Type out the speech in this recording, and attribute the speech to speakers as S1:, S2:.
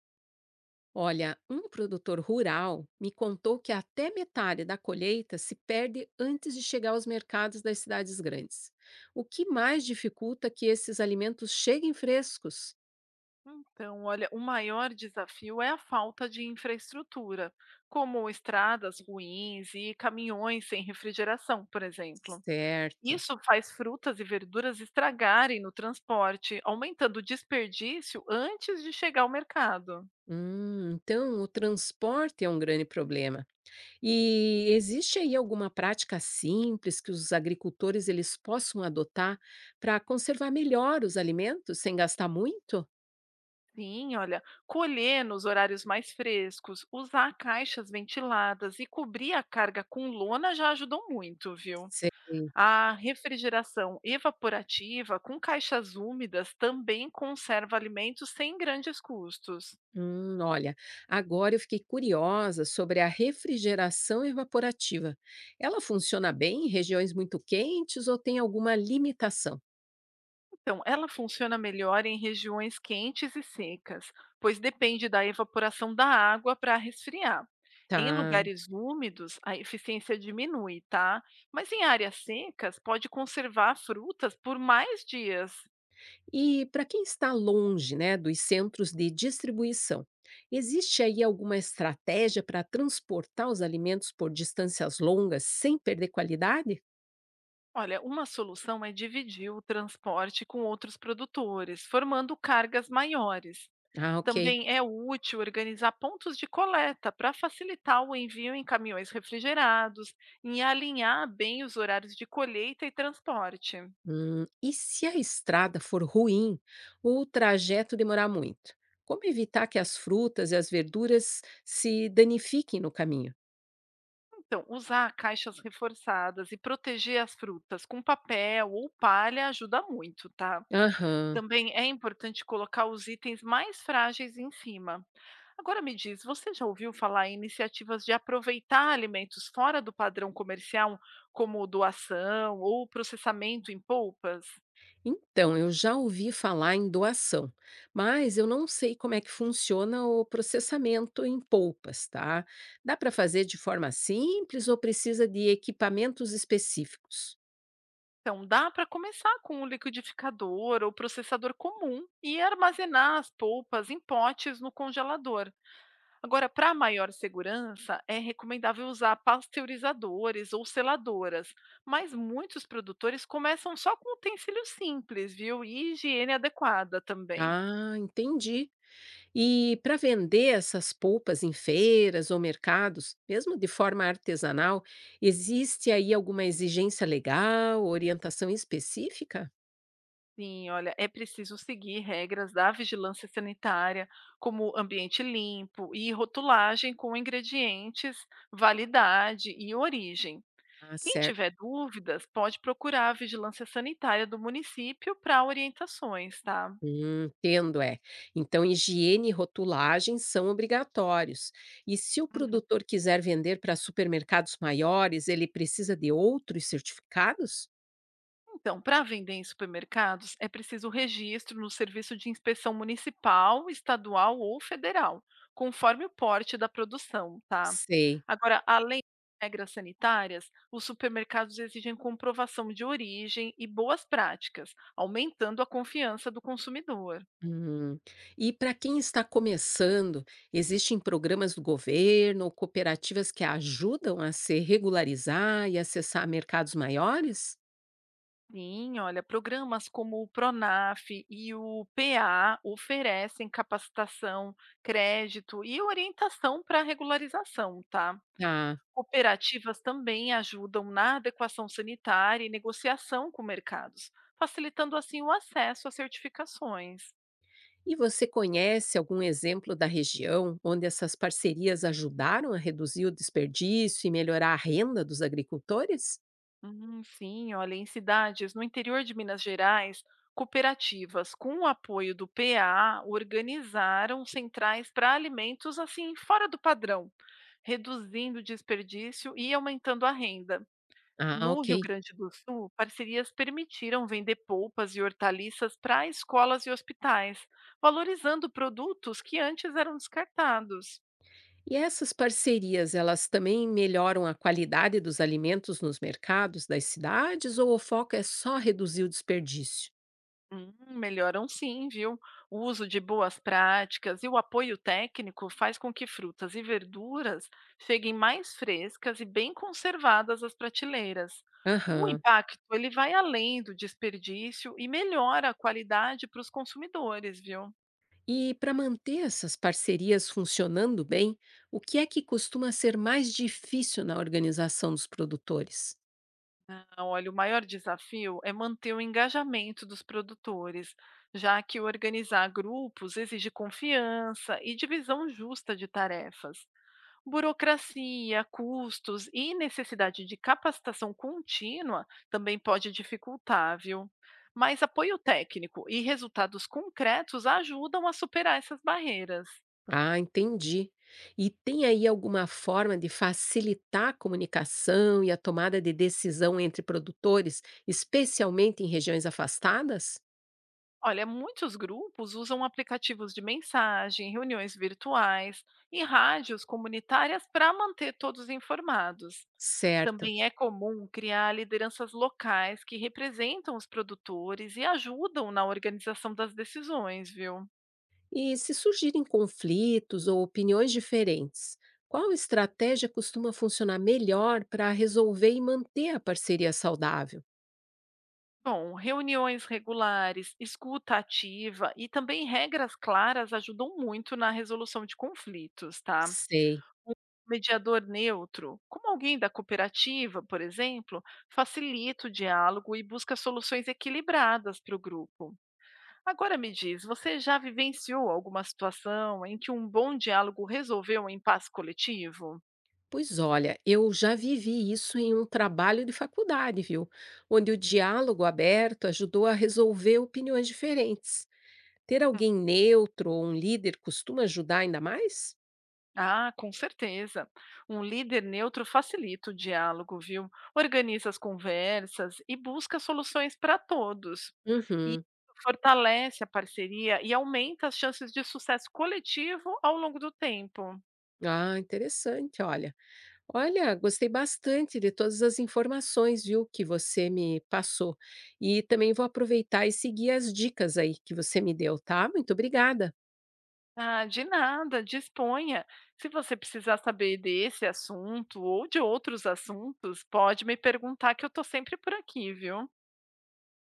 S1: Olha, um produtor rural me contou que até metade da colheita se perde antes de chegar aos mercados das cidades grandes. O que mais dificulta que esses alimentos cheguem frescos?
S2: Então, olha, o maior desafio é a falta de infraestrutura, como estradas ruins e caminhões sem refrigeração, por exemplo.
S1: Certo.
S2: Isso faz frutas e verduras estragarem no transporte, aumentando o desperdício antes de chegar ao mercado.
S1: Então, o transporte é um grande problema. E existe aí alguma prática simples que os agricultores eles possam adotar para conservar melhor os alimentos sem gastar muito?
S2: Sim, olha, colher nos horários mais frescos, usar caixas ventiladas e cobrir a carga com lona já ajudou muito, viu?
S1: Sei.
S2: A refrigeração evaporativa com caixas úmidas também conserva alimentos sem grandes custos.
S1: Olha, agora eu fiquei curiosa sobre a refrigeração evaporativa. Ela funciona bem em regiões muito quentes ou tem alguma limitação?
S2: Então, ela funciona melhor em regiões quentes e secas, pois depende da evaporação da água para resfriar. Em
S1: Tá.
S2: lugares úmidos, a eficiência diminui, tá? Mas em áreas secas, pode conservar frutas por mais dias.
S1: E para quem está longe, né, dos centros de distribuição, existe aí alguma estratégia para transportar os alimentos por distâncias longas sem perder qualidade?
S2: Olha, uma solução é dividir o transporte com outros produtores, formando cargas maiores.
S1: Ah, ok.
S2: Também é útil organizar pontos de coleta para facilitar o envio em caminhões refrigerados e alinhar bem os horários de colheita e transporte.
S1: E se a estrada for ruim ou o trajeto demorar muito? Como evitar que as frutas e as verduras se danifiquem no caminho?
S2: Então, usar caixas reforçadas e proteger as frutas com papel ou palha ajuda muito, tá?
S1: Aham.
S2: Também é importante colocar os itens mais frágeis em cima. Agora me diz, você já ouviu falar em iniciativas de aproveitar alimentos fora do padrão comercial, como doação ou processamento em polpas?
S1: Então, eu já ouvi falar em doação, mas eu não sei como é que funciona o processamento em polpas, tá? Dá para fazer de forma simples ou precisa de equipamentos específicos?
S2: Então, dá para começar com um liquidificador ou processador comum e armazenar as polpas em potes no congelador. Agora, para maior segurança, é recomendável usar pasteurizadores ou seladoras, mas muitos produtores começam só com utensílios simples, viu? E higiene adequada também.
S1: Ah, entendi. E para vender essas polpas em feiras ou mercados, mesmo de forma artesanal, existe aí alguma exigência legal, orientação específica?
S2: Sim, olha, é preciso seguir regras da vigilância sanitária, como ambiente limpo e rotulagem com ingredientes, validade e origem.
S1: Ah,
S2: Quem tiver
S1: certo.
S2: dúvidas, pode procurar a vigilância sanitária do município para orientações, tá?
S1: Entendo, é. Então, higiene e rotulagem são obrigatórios. E se o
S2: Uhum.
S1: produtor quiser vender para supermercados maiores, ele precisa de outros certificados?
S2: Então, para vender em supermercados, é preciso registro no Serviço de Inspeção Municipal, Estadual ou Federal, conforme o porte da produção, tá?
S1: Sei.
S2: Agora, além das regras sanitárias, os supermercados exigem comprovação de origem e boas práticas, aumentando a confiança do consumidor.
S1: Hum. E para quem está começando, existem programas do governo ou cooperativas que ajudam a se regularizar e acessar mercados maiores?
S2: Sim, olha, programas como o PRONAF e o PA oferecem capacitação, crédito e orientação para regularização, tá?
S1: Ah,
S2: Cooperativas também ajudam na adequação sanitária e negociação com mercados, facilitando assim o acesso a certificações.
S1: e você conhece algum exemplo da região onde essas parcerias ajudaram a reduzir o desperdício e melhorar a renda dos agricultores?
S2: Sim, olha, em cidades no interior de Minas Gerais, cooperativas com o apoio do PA organizaram centrais para alimentos assim fora do padrão, reduzindo o desperdício e aumentando a renda.
S1: Ah,
S2: No
S1: ok.
S2: Rio Grande do Sul, parcerias permitiram vender polpas e hortaliças para escolas e hospitais, valorizando produtos que antes eram descartados.
S1: E essas parcerias, elas também melhoram a qualidade dos alimentos nos mercados das cidades ou o foco é só reduzir o desperdício?
S2: Hum, melhoram sim, viu? O uso de boas práticas e o apoio técnico faz com que frutas e verduras cheguem mais frescas e bem conservadas às prateleiras. O
S1: Aham.
S2: impacto ele vai além do desperdício e melhora a qualidade para os consumidores, viu?
S1: E para manter essas parcerias funcionando bem, o que é que costuma ser mais difícil na organização dos produtores?
S2: Ah, olha, o maior desafio é manter o engajamento dos produtores, já que organizar grupos exige confiança e divisão justa de tarefas. Burocracia, custos e necessidade de capacitação contínua também pode dificultar, viu? Mas apoio técnico e resultados concretos ajudam a superar essas barreiras.
S1: Ah, entendi. E tem aí alguma forma de facilitar a comunicação e a tomada de decisão entre produtores, especialmente em regiões afastadas?
S2: Olha, muitos grupos usam aplicativos de mensagem, reuniões virtuais e rádios comunitárias para manter todos informados.
S1: Certo.
S2: Também é comum criar lideranças locais que representam os produtores e ajudam na organização das decisões, viu?
S1: E se surgirem conflitos ou opiniões diferentes, qual estratégia costuma funcionar melhor para resolver e manter a parceria saudável?
S2: Bom, reuniões regulares, escuta ativa e também regras claras ajudam muito na resolução de conflitos, tá?
S1: Sei.
S2: Um mediador neutro, como alguém da cooperativa, por exemplo, facilita o diálogo e busca soluções equilibradas para o grupo. Agora me diz, você já vivenciou alguma situação em que um bom diálogo resolveu um impasse coletivo?
S1: Pois olha, eu já vivi isso em um trabalho de faculdade, viu? Onde o diálogo aberto ajudou a resolver opiniões diferentes. Ter alguém neutro ou um líder costuma ajudar ainda mais?
S2: Ah, com certeza. Um líder neutro facilita o diálogo, viu? Organiza as conversas e busca soluções para todos. E
S1: Uhum.
S2: isso fortalece a parceria e aumenta as chances de sucesso coletivo ao longo do tempo.
S1: Ah, interessante, olha. Olha, gostei bastante de todas as informações, viu, que você me passou. E também vou aproveitar e seguir as dicas aí que você me deu, tá? Muito obrigada.
S2: Ah, de nada, disponha. Se você precisar saber desse assunto ou de outros assuntos, pode me perguntar que eu estou sempre por aqui, viu?